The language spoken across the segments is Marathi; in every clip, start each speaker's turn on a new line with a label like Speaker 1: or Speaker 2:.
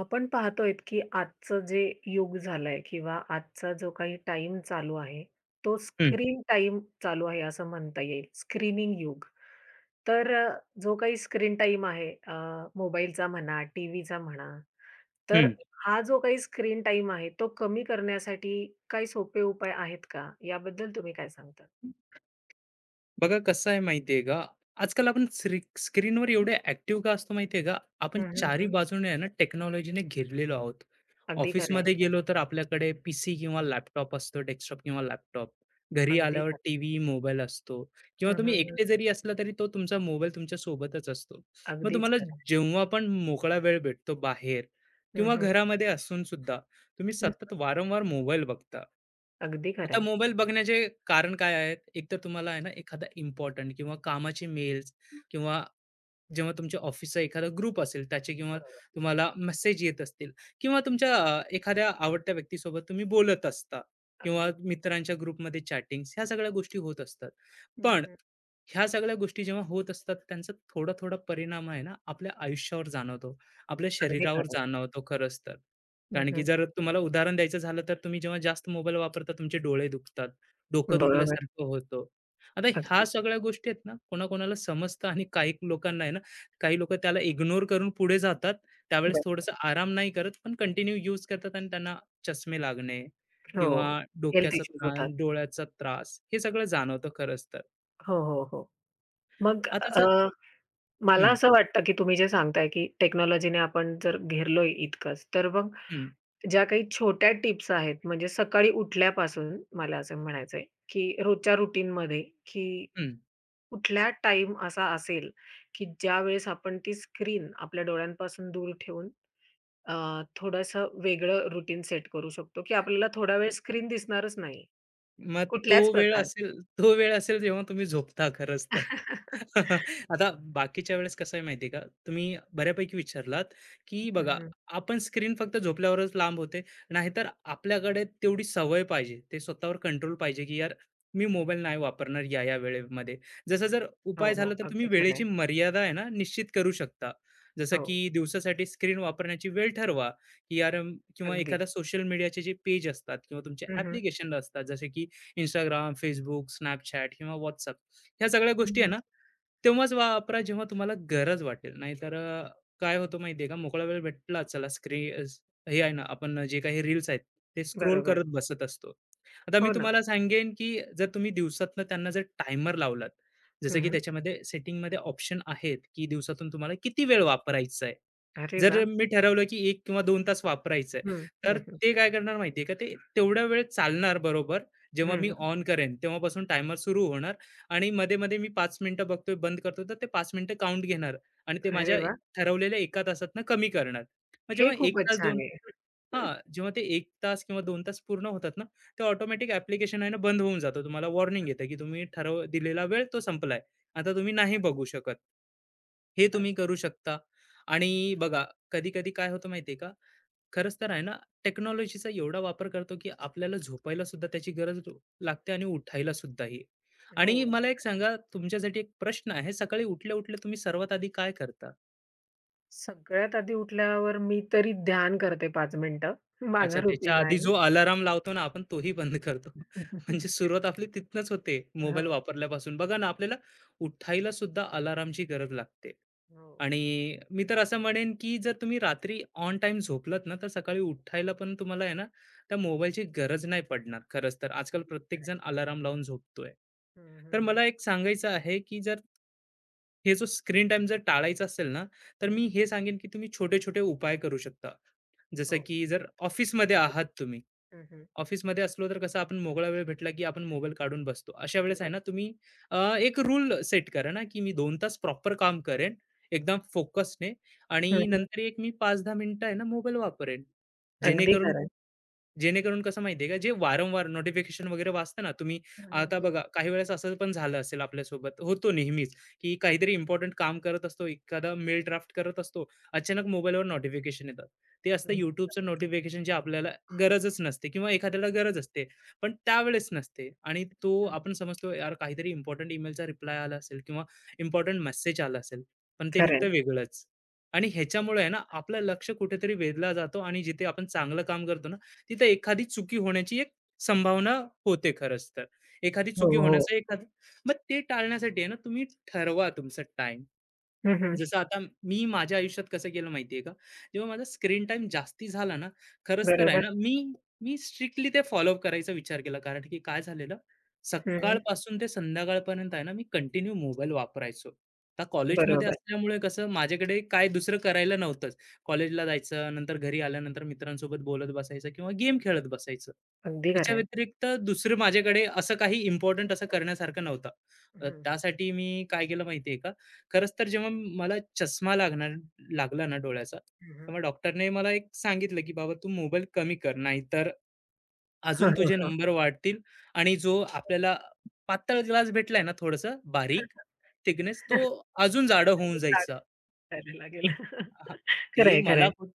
Speaker 1: आपण पाहतोय की आजचं जे युग झालंय किंवा आजचा जो काही टाईम चालू आहे, तो
Speaker 2: हं,
Speaker 1: स्क्रीन टाईम चालू आहे असं म्हणता येईल. स्क्रीनिंग युग. तर जो काही स्क्रीन टाईम आहे मोबाईलचा म्हणा, टीव्हीचा म्हणा, तर
Speaker 2: हं.
Speaker 1: हा जो काही स्क्रीन टाईम आहे, तो कमी करण्यासाठी काही सोपे उपाय आहेत का? याबद्दल तुम्ही काय सांगता?
Speaker 2: बघा कसं आहे माहिती आहे का, आजकाल आपण स्क्रीनवर एवढे ॲक्टिव्ह का असतो माहिती आहे का? आपण
Speaker 1: हं, हं,
Speaker 2: चारी
Speaker 1: हं.
Speaker 2: बाजूने आहे ना टेक्नॉलॉजीने घेरलेलो आहोत.
Speaker 1: अगदी खरं आहे.
Speaker 2: ऑफिसमध्ये गेलो तर आपल्याकडे पीसी किंवा लॅपटॉप असतो, डेस्कटॉप किंवा लॅपटॉप. घरी
Speaker 1: अगदी
Speaker 2: आल्यावर
Speaker 1: खरं.
Speaker 2: टीव्ही, मोबाईल असतो किंवा
Speaker 1: हं,
Speaker 2: तुम्ही
Speaker 1: हं, हं.
Speaker 2: एकटे जरी असला तरी तो तुमचा मोबाईल तुमच्या सोबतच असतो. मग
Speaker 1: अगदीच
Speaker 2: तुम्हाला
Speaker 1: खरं.
Speaker 2: जेव्हा पण मोकळा वेळ भेटतो बाहेर
Speaker 1: हं,
Speaker 2: किंवा
Speaker 1: हं,
Speaker 2: घरामध्ये असून सुद्धा तुम्ही
Speaker 1: हं.
Speaker 2: सतत वारंवार मोबाईल बघता.
Speaker 1: अगदी खरं
Speaker 2: आता
Speaker 1: आहे.
Speaker 2: मोबाईल बघण्याचे कारण काय आहेत? एकतर तुम्हाला आहे ना एखादा इम्पोर्टंट किंवा कामाचे मेल्स किंवा जेव्हा तुमच्या ऑफिसचा एखादा ग्रुप असेल त्याचे किंवा
Speaker 1: बरोबर.
Speaker 2: तुम्हाला मेसेज येत असतील किंवा तुमच्या एखाद्या आवडत्या व्यक्तीसोबत तुम्ही बोलत असता किंवा
Speaker 1: अगदी.
Speaker 2: मित्रांच्या ग्रुपमध्ये चॅटिंग ह्या सगळ्या गोष्टी होत असतात
Speaker 1: हं,
Speaker 2: पण
Speaker 1: हं.
Speaker 2: ह्या सगळ्या गोष्टी जेव्हा होत असतात त्यांचा थोडा थोडा परिणाम आहे ना आपल्या आयुष्यावर जाणवतो आपल्या
Speaker 1: अगदी
Speaker 2: शरीरावर
Speaker 1: खरं.
Speaker 2: जाणवतो खरंच तर
Speaker 1: हं,
Speaker 2: कारण की
Speaker 1: हं.
Speaker 2: जर तुम्हाला उदाहरण द्यायचं झालं तर तुम्ही जेव्हा जास्त मोबाईल वापरता तुमचे डोळे दुखतात डोकं
Speaker 1: बरोबर.
Speaker 2: दुखल्यासारखं होतं आता ह्या
Speaker 1: अगदीच.
Speaker 2: सगळ्या गोष्टी आहेत ना कोणाकोणाला समजतं आणि काही लोकांना आहे ना काही लोकं त्याला इग्नोर करून पुढे जातात. त्यावेळेस
Speaker 1: बरं.
Speaker 2: थोडंसं आराम नाही करत, पण कंटिन्यू यूज करतात आणि त्यांना चष्मे लागणे
Speaker 1: हो.
Speaker 2: किंवा
Speaker 1: हेल्थ
Speaker 2: डोक्याचा
Speaker 1: इश्यूज
Speaker 2: त्रास,
Speaker 1: होतात.
Speaker 2: डोळ्याचा त्रास हे सगळं जाणवतं खरंच तर.
Speaker 1: हो, हो, हो. मग
Speaker 2: आता जर
Speaker 1: मला
Speaker 2: हं,
Speaker 1: असं वाटतं, की तुम्ही जे सांगताय, की टेक्नॉलॉजीने आपण जर घेरलोय इतकंच, तर मग
Speaker 2: हं,
Speaker 1: ज्या काही छोट्या टिप्स आहेत, म्हणजे सकाळी उठल्यापासून मला असं म्हणायचंय, की रोजच्या रूटीनमध्ये, की कुठला टाईम असा असेल, की ज्यावेळेस आपण ती स्क्रीन आपल्या डोळ्यांपासून दूर ठेवून अ, थोडंसं वेगळं रूटीन सेट करू शकतो, की आपल्याला थोडा वेळ
Speaker 2: हं.
Speaker 1: स्क्रीन दिसणारच नाही.
Speaker 2: मग तो
Speaker 1: कुठल्याच
Speaker 2: वेळ
Speaker 1: प्रकारे.
Speaker 2: असेल तो वेळ असेल जेव्हा तुम्ही झोपता खरंच तर. आता बाकीच्या वेळेस कसं आहे माहिती आहे का, तुम्ही बऱ्यापैकी विचारलात, की बघा
Speaker 1: हं,
Speaker 2: आपण स्क्रीन फक्त झोपल्यावरच लांब होते. नाहीतर आपल्याकडे तेवढी सवय पाहिजे. ते स्वतःवर कंट्रोल पाहिजे, की यार मी मोबाईल नाही वापरणार या-या वेळेमध्ये. जसं जर
Speaker 1: हो,
Speaker 2: उपाय
Speaker 1: हो.
Speaker 2: झाला तर तुम्ही
Speaker 1: अगदी खरं आहे.
Speaker 2: वेळेची मर्यादा आहे ना निश्चित करू शकता. जसं
Speaker 1: हो,
Speaker 2: की दिवसासाठी स्क्रीन वापरण्याची वेळ ठरवा, की यार किंवा एखादा
Speaker 1: अगदीच.
Speaker 2: सोशल मीडियाचे जे पेज असतात किंवा तुमचे
Speaker 1: हं, हं.
Speaker 2: ॲप्लिकेशन असतात जसे की इंस्टाग्राम, Facebook, Snapchat किंवा WhatsApp ह्या सगळ्या गोष्टी आहे ना, तेव्हाच वापरा जेव्हा तुम्हाला गरज वाटेल. नाहीतर काय होतं माहिती आहे का, मोकळा वेळ भेटला चला स्क्रीन हे आहे ना, आपण जे काही रील्स आहेत ते स्क्रोल
Speaker 1: बरोबर.
Speaker 2: करत बसत असतो. आता मी
Speaker 1: हो ना.
Speaker 2: तुम्हाला सांगेन, की जर तुम्ही दिवसातनं त्यांना जर टायमर लावलात, जसं की
Speaker 1: हं,
Speaker 2: त्याच्यामध्ये सेटिंगमध्ये ऑप्शन आहेत, की दिवसातून तुम्हाला किती वेळ वापरायचा आहे.
Speaker 1: अरे वा,
Speaker 2: जर मी ठरवलं की 1 किंवा 2 तास वापरायचंय,
Speaker 1: हं,
Speaker 2: तर
Speaker 1: हं, हं.
Speaker 2: ते काय करणार माहिती आहे का, ते तेवढा वेळ चालणार बरोबर. जेव्हा मी ऑन करेन तेव्हापासून टायमर सुरू होणार आणि मध्ये-मध्ये मी 5 मिनिटं बघतोय, बंद करतो, तर ते 5 मिनिटं काउंट घेणार आणि ते माझ्या
Speaker 1: अरे वाह!
Speaker 2: ठरवलेल्या 1 तासातनं कमी करणार. मग
Speaker 1: हे
Speaker 2: जेव्हा 1
Speaker 1: खूपच
Speaker 2: तास, 2
Speaker 1: छान आहे.
Speaker 2: हां, जेव्हा ते 1 तास किंवा 2 तास पूर्ण होतात ना, ते ऑटोमॅटिक ॲप्लिकेशन आहे ना बंद होऊन जातं. तुम्हाला वॉर्निंग येतं, की तुम्ही ठरव दिलेला वेळ तो संपलाय. आता तुम्ही नाही बघू शकत. हे
Speaker 1: अग
Speaker 2: तुम्ही करू शकता. आणि
Speaker 1: हं,
Speaker 2: बघा कधी-कधी काय होतं माहिती आहे का? खरंच तर आहे ना टेक्नॉलॉजीचा एवढा वापर करतो, की आपल्याला झोपायला सुद्धा त्याची गरज लागते आणि उठायला सुद्धाही.
Speaker 1: हो.
Speaker 2: आणि मला एक सांगा तुमच्यासाठी एक प्रश्न आहे. सकाळी उठल्या-उठल्या तुम्ही सर्वात आधी काय करता?
Speaker 1: सगळ्यात आधी उठल्यावर मी तरी ध्यान करते 5 मिनिटं.
Speaker 2: अच्छा,
Speaker 1: माझं
Speaker 2: त्याच्या
Speaker 1: रुटीन
Speaker 2: आधी
Speaker 1: आहे.
Speaker 2: जो अलाराम लावतो ना आपण तोही बंद करतो. म्हणजे सुरुवात आपली तिथनंच होते मोबाईल
Speaker 1: हो,
Speaker 2: वापरल्यापासून. बघा ना, आपल्याला उठायला सुद्धा अलार्मची गरज लागते.
Speaker 1: हो.
Speaker 2: आणि मी तर असं म्हणेन, की जर तुम्ही रात्री ऑन टाईम झोपलात ना, तर सकाळी उठायला पण तुम्हाला आहे ना, त्या मोबाईलची गरज नाही पडणार खरंच तर. आजकाल प्रत्येकजण अलार्म लावून झोपतोय.
Speaker 1: हं, हं,
Speaker 2: तर
Speaker 1: हं.
Speaker 2: मला एक सांगायचं आहे, की जर हे जो स्क्रीन टाइम जर टाळायचा असेल ना, तर मी
Speaker 1: हं,
Speaker 2: हे सांगेन, की तुम्ही छोटे-छोटे उपाय करू शकता. जसं
Speaker 1: हो.
Speaker 2: की जर ऑफिसमध्ये आहात तुम्ही,
Speaker 1: हं, हं.
Speaker 2: ऑफिसमध्ये असलो तर कसं आपण मोकळा वेळ भेटला, की आपण मोबाईल काढून बसतो. अशा वेळेस आहे
Speaker 1: बरं.
Speaker 2: ना तुम्ही एक रूल सेट करा ना, की मी 2 तास प्रॉपर काम करेन, एकदम फोकसने
Speaker 1: हं,
Speaker 2: आणि
Speaker 1: हं.
Speaker 2: नंतर एक मी 5-10 मिनिटं आहे ना मोबाईल वापरेन.
Speaker 1: अगदी
Speaker 2: जेणेकरून
Speaker 1: खरं आहे.
Speaker 2: जेणेकरून कसं माहितीये का, जे वारंवार नोटिफिकेशन वगैरे वाचतं ना, तुम्ही
Speaker 1: हं, हं.
Speaker 2: आता बघा काही वेळेस असं पण झालं असेल आपल्यासोबत, होतो नेहमीच, की काहीतरी इम्पोर्टंट काम करत असतो, एखादा मेल ड्राफ्ट करत असतो, अचानक मोबाईलवर नोटिफिकेशन येतात. ते असतं
Speaker 1: हं,
Speaker 2: YouTubeचं नोटिफिकेशन जे आपल्याला गरजच नसते किंवा एखाद्याला गरज असते, पण त्यावेळेस नसते आणि तो आपण समजतो, यार काहीतरी इम्पोर्टंट ईमेलचा रिप्लाय आला असेल किंवा इम्पोर्टंट मेसेज आला असेल, पण ते
Speaker 1: खरं
Speaker 2: निघतं
Speaker 1: आहे.
Speaker 2: वेगळंच. आणि ह्याच्यामुळे आहे ना, आपलं लक्ष कुठेतरी वेधला जातो आणि जिथे आपण चांगलं काम करतो ना, तिथं एखादी चुकी होण्याची एक संभावना होते खरंच तर. एखादी
Speaker 1: हो,
Speaker 2: चुकी
Speaker 1: हो.
Speaker 2: होण्याचं एखादं मग ते टाळण्यासाठी आहे ना तुम्ही ठरवा तुमचा टाइम.
Speaker 1: हं, हं.
Speaker 2: जसं आता मी माझ्या आयुष्यात कसं केलं माहितीये का? जेव्हा माझा स्क्रीन टाइम जास्ती झाला ना, खरंच तर आहे
Speaker 1: बरोबर.
Speaker 2: ना, मी मी स्ट्रिक्टली ते फॉलोअप करायचा विचार केला. कारण की काय झालेलं,
Speaker 1: हं, हं.
Speaker 2: सकाळपासून ते संध्याकाळपर्यंत आहे ना, मी कंटिन्यू मोबाईल वापरायचो. आता कॉलेजमध्ये
Speaker 1: बरोबर.
Speaker 2: असल्यामुळे कसं माझ्याकडे काय दुसरं करायला नव्हतंच. कॉलेजला जायचं, नंतर घरी आल्यानंतर मित्रांसोबत बोलत बसायचं किंवा गेम खेळत बसायचं.
Speaker 1: अगदी खरं
Speaker 2: त्याच्या
Speaker 1: आहे.
Speaker 2: व्यतिरिक्त दुसरं माझ्याकडे असं काही इम्पोर्टंट असं करण्यासारखं नव्हतं.
Speaker 1: हं, हं.
Speaker 2: त्यासाठी मी काय केलं माहितीये का? खरंच तर जेव्हा मला चष्मा लागणार लागला ना डोळ्याचा,
Speaker 1: हं, हं.
Speaker 2: तेव्हा डॉक्टरने मला एक सांगितलं, की "बाबा तू मोबाईल कमी कर, नाहीतर अजून
Speaker 1: हां,
Speaker 2: तुझे
Speaker 1: हां.
Speaker 2: नंबर वाढतील आणि जो आपल्याला पातळ ग्लास भेटलाय ना थोडंसं बारीक थिकनेस, तो अजून जाडं होऊन
Speaker 1: जाड
Speaker 2: जायचा."
Speaker 1: करायला लागेल.
Speaker 2: हां,
Speaker 1: खरं
Speaker 2: ते
Speaker 1: आहे, खरं
Speaker 2: मला
Speaker 1: आहे.
Speaker 2: खूप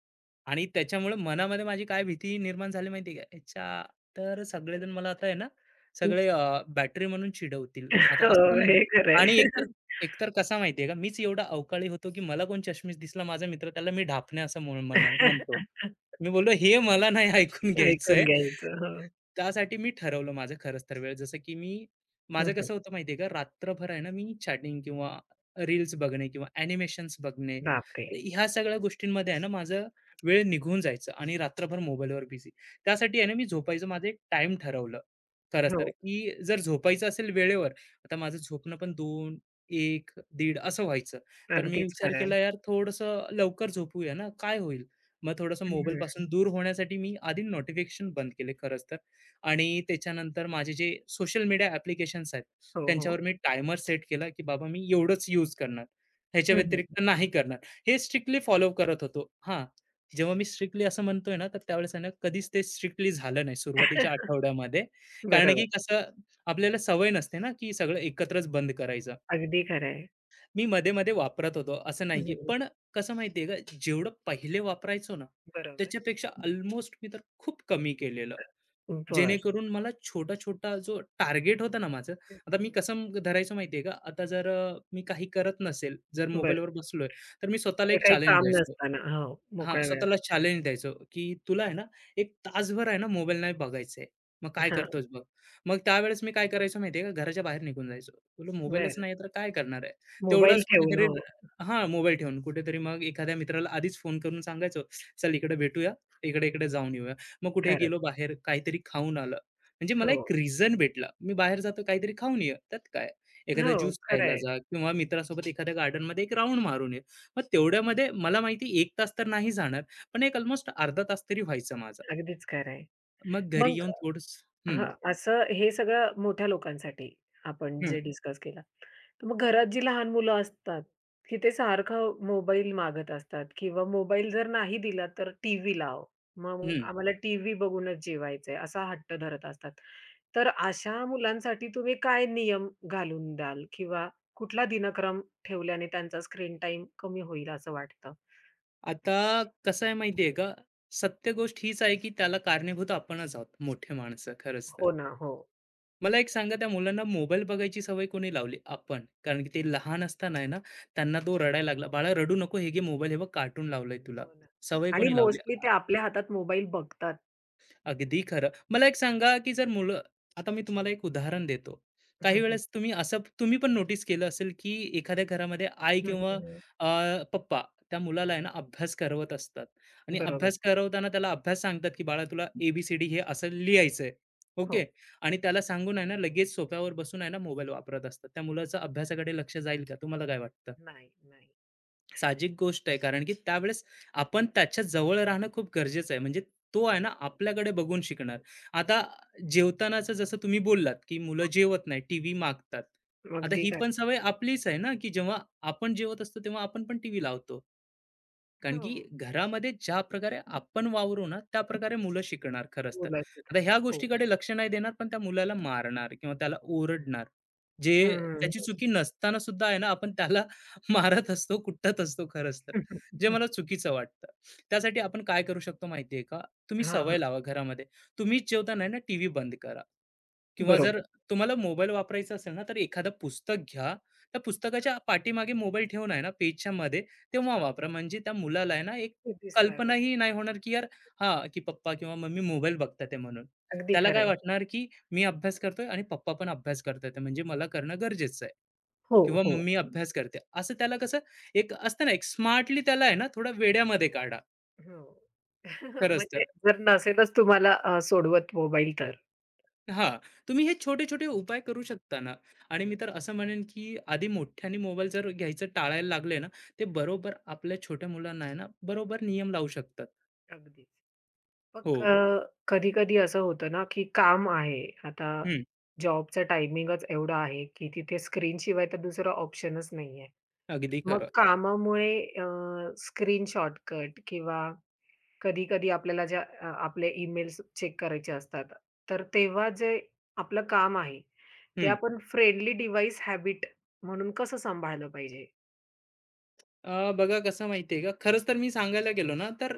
Speaker 2: आणि त्याच्यामुळे मनामध्ये माझी काय भीती निर्माण झाली माहिती आहे का? याच्या तर सगळेजण मला आता आहे ना, सगळे
Speaker 1: हीच
Speaker 2: बॅटरी म्हणून चिडवतील. आता
Speaker 1: हो,
Speaker 2: असं नाही
Speaker 1: हे खरं
Speaker 2: आणि
Speaker 1: आहे.
Speaker 2: एकतर एकतर कसा माहिती का? मीच एवढा अवकाळी होतो, की मला कोण चष्मीस दिसला माझा मित्र त्याला मी ढापणे असं म्हणतो. मी बोललो, "हे मला नाही ऐकून
Speaker 1: ऐकून
Speaker 2: घ्यायचंय."
Speaker 1: घ्यायचं. हो.
Speaker 2: त्यासाठी मी ठरवलं माझं खरंच तर वेळ जसं की मी
Speaker 1: हं,
Speaker 2: माझं
Speaker 1: हं.
Speaker 2: कसं होतं माहितीये का रात्रभर आहे ना मी चॅटिंग किंवा रील्स बघणे किंवा ॲनिमेशन्स बघणे
Speaker 1: बापरे!
Speaker 2: तर ह्या सगळ्या गोष्टींमध्ये आहे ना माझं वेळ निघून जायचं आणि रात्रभर मोबाईलवर बिझी त्यासाठी आहे ना मी झोपायचं माझं एक टाइम ठरवलं खरंच तर
Speaker 1: हो,
Speaker 2: की जर झोपायचं असेल वेळेवर आता माझं झोपणं पण दोन एक दीड असं व्हायचं तर मी
Speaker 1: अगदीच
Speaker 2: विचार
Speaker 1: खरं आहे.
Speaker 2: केला यार थोडंसं लवकर झोपूया ना काय होईल मग थोडंसं मोबाईल
Speaker 1: हं,
Speaker 2: पासून दूर होण्यासाठी मी आधी नोटिफिकेशन बंद केले खरंच तर आणि त्याच्यानंतर माझे जे सोशल मीडिया ॲप्लिकेशन्स आहेत,
Speaker 1: हो, हो.
Speaker 2: त्यांच्यावर मी टायमर सेट केला, की बाबा मी एवढंच यूज करणार. ह्याच्या
Speaker 1: हं, हं.
Speaker 2: व्यतिरिक्त नाही करणार. हे स्ट्रिक्टली फॉलो करत होतो. हां, जेव्हा मी स्ट्रिक्टली असं म्हणतोय ना, तर त्यावेळेस आहे ना, कधीच ते स्ट्रिक्टली झालं नाही सुरुवातीच्या आठवड्यामध्ये. कारण
Speaker 1: बरोबर.
Speaker 2: की कसं आपल्याला सवय नसते ना, की सगळं एकत्रच बंद करायचं.
Speaker 1: अगदी खरं आहे.
Speaker 2: मी मध्ये-मध्ये वापरत होतो, असं नाही
Speaker 1: हं,
Speaker 2: की
Speaker 1: हं.
Speaker 2: पण कसं माहिती का, जेवढं पहिले वापरायचो ना,
Speaker 1: बरोबर.
Speaker 2: त्याच्यापेक्षा ऑलमोस्ट मी तर खूप कमी केलेलं.
Speaker 1: बरं.
Speaker 2: जेणेकरून मला छोटा-छोटा जो टार्गेट होता ना माझं,
Speaker 1: हं,
Speaker 2: आता
Speaker 1: हं,
Speaker 2: मी
Speaker 1: हं.
Speaker 2: कसं धरायचो माहिती आहे का? आता जर मी काही करत नसेल, जर
Speaker 1: बरं.
Speaker 2: मोबाईलवर बसलोय, तर मी स्वतःला
Speaker 1: म्हणजे
Speaker 2: एक
Speaker 1: काही
Speaker 2: चॅलेंज
Speaker 1: काम
Speaker 2: द्यायचो.
Speaker 1: नसताना. हो,
Speaker 2: हां,
Speaker 1: मोकळ्या वेळात.
Speaker 2: स्वतःला चॅलेंज द्यायचो, की तुला आहे ना, एक तासभर आहे ना, मोबाईल नाही बघायचंय. मग काय
Speaker 1: हां,
Speaker 2: करतोस बघ. मग त्यावेळेस मी काय करायचो माहिती आहे का, घराच्या बाहेर निघून जायचो. तुला मोबाईलच
Speaker 1: बरं.
Speaker 2: नाही तर काय करणार आहे?
Speaker 1: मोबाईल
Speaker 2: तेवढाच
Speaker 1: ठेवून.
Speaker 2: कुठेतरी
Speaker 1: हो,
Speaker 2: हां, मोबाईल ठेवून कुठेतरी मग एखाद्या मित्राला आधीच फोन करून सांगायचो, "चल इकडे भेटूया, इकडे-इकडे जाऊन येऊया." मग कुठे
Speaker 1: खरंच.
Speaker 2: गेलो बाहेर, काहीतरी खाऊन आलं. म्हणजे मला एक
Speaker 1: हो.
Speaker 2: रिझन भेटला. मी बाहेर जातो काहीतरी खाऊन ये, त्यात काय? एखादा
Speaker 1: हो,
Speaker 2: ज्यूस
Speaker 1: खरं
Speaker 2: खायला
Speaker 1: आहे.
Speaker 2: जा किंवा मित्रासोबत एखाद्या गार्डनमध्ये एक राउंड मारून ये. मग तेवढ्यामध्ये मला माहिती एक तास तर नाही जाणार, पण एक अल्मोस्ट अर्धा तास तरी व्हायचा माझा.
Speaker 1: अगदीच खरं आहे.
Speaker 2: मग घरी
Speaker 1: मग
Speaker 2: येऊन थोडंसं हं,
Speaker 1: हां, असं हे सगळं मोठ्या लोकांसाठी आपण
Speaker 2: हं,
Speaker 1: जे डिस्कस केलं. तर मग घरात जी लहान मुलं असतात, की ते सारखं मोबाईल मागत असतात किंवा मोबाईल जर नाही दिला तर टीव्ही लाव. मग
Speaker 2: हं.
Speaker 1: आम्हाला टीव्ही बघूनच जेवायचंय असा हट्ट धरत असतात. तर अशा मुलांसाठी तुम्ही काय नियम घालून द्याल किंवा कुठला दिनक्रम ठेवल्याने त्यांचा स्क्रीन टाईम कमी होईल असं वाटतं?
Speaker 2: आता कसं आहे माहिती आहे का, सत्य गोष्ट हीच आहे की त्याला कारणीभूत आपणच आहोत, मोठे माणसं खरंच तर.
Speaker 1: हो ना. हो.
Speaker 2: मला एक सांगा त्या मुलांना मोबाईल बघायची सवय कोणी लावली? आपण. कारण की ते लहान असताना आहे ना, त्यांना तो रडायला लागला, "बाळा रडू नको, हे घे मोबाईल, हे बघ कार्टून लावलंय तुला."
Speaker 1: हो ना.
Speaker 2: सवय
Speaker 1: आणि
Speaker 2: कोणी लावली?
Speaker 1: मोस्टली ते आपल्या हातात मोबाईल बघतात.
Speaker 2: अगदी खरं. मला एक सांगा, की जर मुलं आता मी तुम्हाला एक उदाहरण देतो. काही
Speaker 1: हं, हं.
Speaker 2: वेळेस तुम्ही असं तुम्ही पण नोटीस केलं असेल, की एखाद्या घरामध्ये आई
Speaker 1: हं,
Speaker 2: किंवा
Speaker 1: हं, हं.
Speaker 2: पप्पा त्या मुलाला आहे ना अभ्यास करवत असतात आणि
Speaker 1: बरोबर.
Speaker 2: अभ्यास करवताना त्याला अभ्यास सांगतात, की "बाळा तुला ए हे असं लिहायचंय." ओके.
Speaker 1: हो.
Speaker 2: आणि त्याला सांगून आहे ना लगेच सोफ्यावर बसून आहे ना मोबाईल वापरत असतात. त्या
Speaker 1: हो.
Speaker 2: मुलाचा अभ्यासाकडे लक्ष जाईल का? तुम्हाला काय वाटतं?
Speaker 1: नाही, नाही.
Speaker 2: साहजिक गोष्ट आहे कारण की त्यावेळेस आपण त्याच्या जवळ राहणं खूप गरजेचं आहे म्हणजे तो आहे ना आपल्याकडे बघून शिकणार आता जेवतानाचं जसं तुम्ही बोललात की मुलं जेवत नाही टीव्ही मागतात आता
Speaker 1: अगदी
Speaker 2: ही
Speaker 1: खरं.
Speaker 2: पण सवय आपलीच आहे ना की जेव्हा आपण जेवत असतो तेव्हा आपण पण टीव्ही लावतो कारण
Speaker 1: हो.
Speaker 2: की घरामध्ये ज्या प्रकारे आपण वावरू ना, त्या प्रकारे मुलं शिकणार खरंच तर.
Speaker 1: मुलं
Speaker 2: आता
Speaker 1: शिकतात.
Speaker 2: ह्या
Speaker 1: हो.
Speaker 2: गोष्टीकडे लक्ष नाही देणार, पण त्या मुलाला मारणार किंवा त्याला ओरडणार. जे
Speaker 1: हं.
Speaker 2: त्याची चुकी नसताना सुद्धा आहे ना, आपण त्याला मारत असतो, कुटत असतो खरंच तर. जे मला चुकीचं वाटतं. त्यासाठी आपण काय करू शकतो माहिती का? तुम्ही
Speaker 1: हां, हां.
Speaker 2: सवय लावा घरामध्ये. तुम्हीच जेवताना आहे ना, टीव्ही बंद करा किंवा जर
Speaker 1: बरोबर.
Speaker 2: तुम्हाला मोबाईल वापरायचा असेल ना, तर एखादं पुस्तक घ्या. त्या पुस्तकाच्या पाठीमागे मोबाईल ठेवून आहे ना, पेजच्या मध्ये तेव्हा वापरा. म्हणजे त्या मुलाला आहे ना, एक
Speaker 1: ते दिसणार नाही.
Speaker 2: कल्पनाही नाही होणार, की यार, हां, की पप्पा किंवा मम्मी मोबाईल बघतात आहे म्हणून.
Speaker 1: अगदी
Speaker 2: त्याला
Speaker 1: खरं
Speaker 2: काय
Speaker 1: आहे.
Speaker 2: वाटणार, की मी अभ्यास करतोय आणि पप्पा पण अभ्यास करतात आहे, म्हणजे मला करणं गरजेचं आहे
Speaker 1: हो,
Speaker 2: किंवा
Speaker 1: हो.
Speaker 2: मम्मी अभ्यास करते. असं त्याला कसं एक असतं ना, एक स्मार्टली त्याला आहे ना, थोडा वेड्यामध्ये काढा
Speaker 1: हो.
Speaker 2: खरंच
Speaker 1: म्हणजे
Speaker 2: तर.
Speaker 1: जर नसेलच तुम्हाला सोडवत मोबाईल तर?
Speaker 2: हां, तुम्ही हे छोटे-छोटे उपाय करू शकता ना आणि मी तर असं म्हणेन, की आधी मोठ्याने मोबाईल जर घ्यायचं टाळायला लागले ना, ते बरोबर आपल्या छोट्या मुलांना आहे ना, बरोबर नियम लावू शकतात.
Speaker 1: अगदीच.
Speaker 2: हो.
Speaker 1: मग कधी-कधी असं होतं ना, की काम आहे. आता
Speaker 2: हं.
Speaker 1: जॉबचा टायमिंगच एवढा आहे, की तिथे स्क्रीनशिवाय तर दुसरा ऑप्शनच नाहीये.
Speaker 2: अगदी
Speaker 1: मग
Speaker 2: खरं.
Speaker 1: कामामुळे अ, स्क्रीन शॉर्टकट किंवा कधी-कधी आपल्याला ज्या आपले ईमेल्स चेक करायचे असतात, तर तेव्हा जे आपलं काम आहे, ते
Speaker 2: हं.
Speaker 1: आपण फ्रेंडली डिव्हाइस हॅबिट म्हणून कसं सांभाळलं पाहिजे?
Speaker 2: बघा कसं माहिती का, खरंच तर मी सांगायला गेलो ना, तर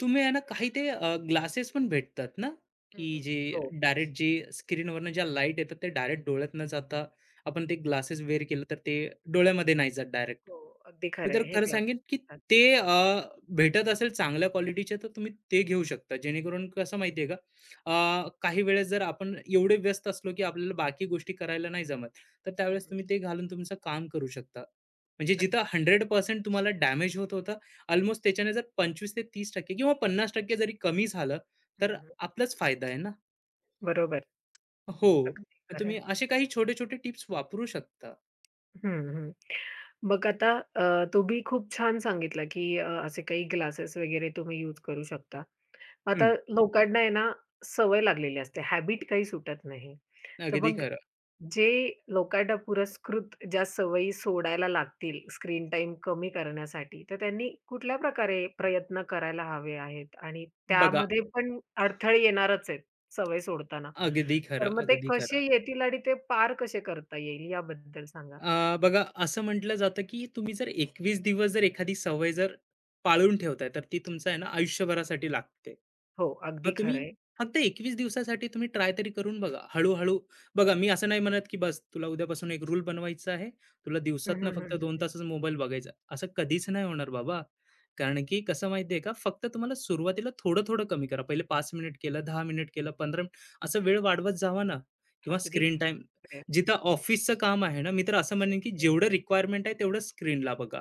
Speaker 2: तुम्ही आहे ना काही ते ग्लासेस पण भेटतात ना, की
Speaker 1: हं, हं.
Speaker 2: जे
Speaker 1: हो,
Speaker 2: डायरेक्ट जे स्क्रीनवरनं ज्या लाईट येतात ते डायरेक्ट डोळ्यात न जाता आपण ते ग्लासेस वेअर केलं तर ते डोळ्यामध्ये नाही जात डायरेक्ट.
Speaker 1: हो. अगदी
Speaker 2: मी
Speaker 1: खरं
Speaker 2: तर
Speaker 1: आहे. हे
Speaker 2: खरं
Speaker 1: क्लास
Speaker 2: सांगेन, की
Speaker 1: असतात.
Speaker 2: ते भेटत असेल चांगल्या क्वालिटीचे तर तुम्ही ते घेऊ शकता. जेणेकरून कसं माहिती आहे का, काही वेळेस जर आपण एवढे व्यस्त असलो, की आपल्याला बाकी गोष्टी करायला नाही जमत, तर
Speaker 1: हं,
Speaker 2: त्यावेळेस
Speaker 1: हं.
Speaker 2: तुम्ही ते घालून तुमचं काम करू शकता. म्हणजे जिथं
Speaker 1: अगदी.
Speaker 2: 100% तुम्हाला डॅमेज होत होता, अल्मोस्ट त्याच्याने जर 25% ते 30% किंवा 50% जरी कमी झालं, तर
Speaker 1: हं, हं.
Speaker 2: आपलाच फायदा आहे ना.
Speaker 1: बरोबर.
Speaker 2: हो,
Speaker 1: अगदी
Speaker 2: मग
Speaker 1: खरं
Speaker 2: तुम्ही
Speaker 1: आहे.
Speaker 2: असे काही छोटे-छोटे टिप्स वापरू शकता.
Speaker 1: हं, हं. मग आता तुम्ही खूप छान सांगितलं, की असे काही ग्लासेस वगैरे तुम्ही यूज करू शकता. आता
Speaker 2: हं.
Speaker 1: लोकांना आहे ना, सवय लागलेली असते. हॅबिट काही सुटत नाही. तर
Speaker 2: अगदी
Speaker 1: मग
Speaker 2: खरं.
Speaker 1: जे लोकांना पुरस्कृत ज्या सवयी सोडायला लागतील स्क्रीन टाइम कमी करण्यासाठी, तर त्यांनी कुठल्या प्रकारे प्रयत्न करायला हवे आहेत? आणि
Speaker 2: बघा,
Speaker 1: त्यामध्ये पण अडथळे येणारच आहेत सवय सोडताना.
Speaker 2: अगदी
Speaker 1: तर
Speaker 2: खरं,
Speaker 1: मग ते
Speaker 2: अगदी
Speaker 1: कसे
Speaker 2: खरं.
Speaker 1: येतील आणि ते पार कसे करता येईल याबद्दल सांगा?
Speaker 2: बघा असं म्हटलं जातं की तुम्ही जर 21 दिवस जर एखादी सवय जर पाळून ठेवताय, तर ती तुमचं आहे ना आयुष्यभरासाठी लागते.
Speaker 1: हो,
Speaker 2: मग
Speaker 1: अगदी खरं
Speaker 2: तुम्ही
Speaker 1: आहे.
Speaker 2: फक्त 21 दिवसासाठी तुम्ही ट्राय तरी करून बघा. हळू-हळू बघा मी असं नाही म्हणत की बस तुला उद्यापासून एक रूल बनवायचा आहे. तुला
Speaker 1: हं,
Speaker 2: दिवसातनं
Speaker 1: हं, हं,
Speaker 2: फक्त
Speaker 1: हं,
Speaker 2: 2
Speaker 1: हं.
Speaker 2: तासच मोबाईल बघायचा. असं कधीच नाही होणार बाबा. कारण की कसं माहिती का, फक्त तुम्हाला सुरुवातीला थोडं-थोडं कमी करा. पहिले 5 मिनिट केलं, 10 मिनिट केलं, 15 मिनिट असं वेळ वाढवत जावा ना किंवा
Speaker 1: अगदी
Speaker 2: स्क्रीन टाईम
Speaker 1: खरं आहे.
Speaker 2: जिथं ऑफिसचं काम आहे ना, मी तर असं म्हणेन की जेवढं रिक्वायरमेंट आहे तेवढं स्क्रीनला बघा.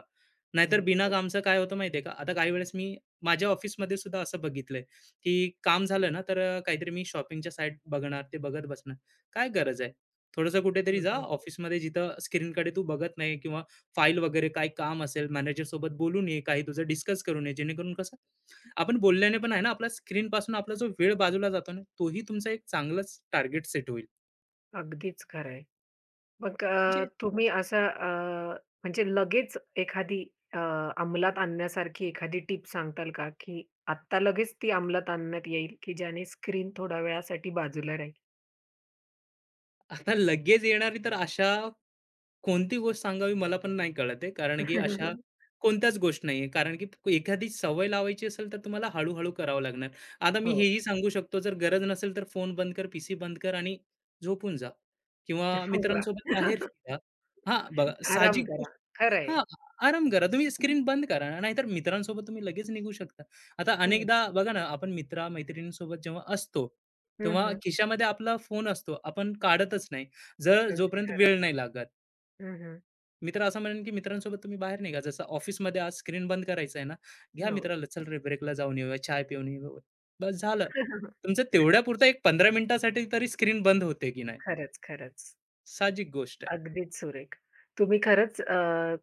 Speaker 2: नाहीतर
Speaker 1: हं,
Speaker 2: बिना
Speaker 1: हं,
Speaker 2: कामचं काय होतं माहिती का? आता काही वेळेस मी माझ्या ऑफिसमध्ये सुद्धा असं बघितलंय, की काम झालं ना, तर काहीतरी मी शॉपिंगच्या साईट बघणार, ते बघत बसणार. काय गरज आहे? थोडंसं कुठेतरी जा ऑफिसमध्ये जिथं स्क्रीनकडे तू बघत नाही किंवा फाईल वगैरे काही काम असेल, मॅनेजरसोबत बोलून ये, काही तुझं डिस्कस करून ये. जेणेकरून कसं आपण बोलल्याने पण आहे ना, आपला स्क्रीनपासून आपला जो वेळ बाजूला जातो ना, तोही तुमचा एक चांगलाच टार्गेट सेट होईल.
Speaker 1: अगदीच खरं. मग
Speaker 2: म्हणजे
Speaker 1: तुम्ही असं म्हणजे लगेच एखादी अ, अंमलात आणण्यासारखी एखादी टीप सांगताल का, की आत्ता लगेच ती अंमलात आणण्यात येईल, की ज्याने स्क्रीन थोड्या वेळासाठी बाजूला राहील?
Speaker 2: आता लगेच येणारी तर अशा कोणती गोष्ट सांगावी मला पण नाही कळत आहे. कारण की अशा कोणत्याच गोष्ट नाहीये. कारण की एखादी सवय लावायची असेल तर तुम्हाला हळू-हळू करावं लागणार. आता मी
Speaker 1: हो.
Speaker 2: हेही सांगू शकतो जर गरज नसेल तर फोन बंद कर, पीसी बंद कर आणि झोपून जा किंवा
Speaker 1: वाह!
Speaker 2: मित्रांसोबत बाहेर फिरा. हां, बघा
Speaker 1: आराम
Speaker 2: साहजिक
Speaker 1: करा.
Speaker 2: गोष्ट.
Speaker 1: खरं आहे.
Speaker 2: हां, आराम करा. तुम्ही स्क्रीन बंद करा. नाहीतर मित्रांसोबत तुम्ही लगेच निघू शकता. आता
Speaker 1: हं,
Speaker 2: अनेकदा बघा ना, आपण मित्र-मैत्रिणींसोबत जेव्हा असतो, तेव्हा
Speaker 1: हं,
Speaker 2: खिशामध्ये आपला फोन असतो. आपण काढतच नाही. जर
Speaker 1: अगदी
Speaker 2: जोपर्यंत
Speaker 1: खरं आहे.
Speaker 2: वेळ नाही लागत.
Speaker 1: हं,
Speaker 2: मी तर असं म्हणेन की मित्रांसोबत तुम्ही बाहेर निघा. जसं ऑफिसमध्ये आज स्क्रीन बंद करायचं आहे ना, घ्या
Speaker 1: हो.
Speaker 2: मित्राला, "चल रे ब्रेकला जाऊन येऊया, चहा पिऊन येऊ." बस झालं. तुमचं तेवढ्यापुरतं एक 15 मिनिटासाठी तरी स्क्रीन बंद होते की नाही,
Speaker 1: खरंच, खरंच.
Speaker 2: साहजिक गोष्ट आहे.
Speaker 1: अगदीच सुरेख. तुम्ही खरंच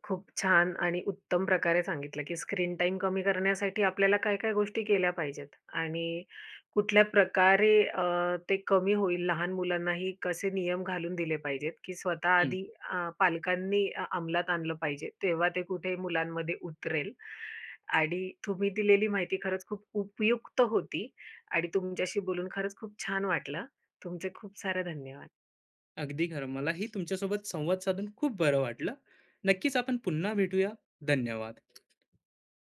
Speaker 1: खूप छान आणि उत्तम प्रकारे सांगितलं, की स्क्रीन टाइम कमी करण्यासाठी आपल्याला काय-काय गोष्टी केल्या पाहिजेत आणि कुठल्या प्रकारे ते कमी होईल, लहान मुलांनाही कसे नियम घालून दिले पाहिजेत, की स्वतः
Speaker 2: हं,
Speaker 1: आधी पालकांनी अंमलात आणलं पाहिजे, तेव्हा ते कुठे मुलांमध्ये उतरेल. आणि तुम्ही दिलेली माहिती खरंच खूप उपयुक्त होती आणि तुमच्याशी बोलून खरंच खूप छान वाटलं. तुमचे खूप सारे धन्यवाद.
Speaker 2: अगदी खरं. मलाही तुमच्यासोबत संवाद साधून खूप बरं वाटलं. नक्कीच आपण पुन्हा भेटूया. धन्यवाद.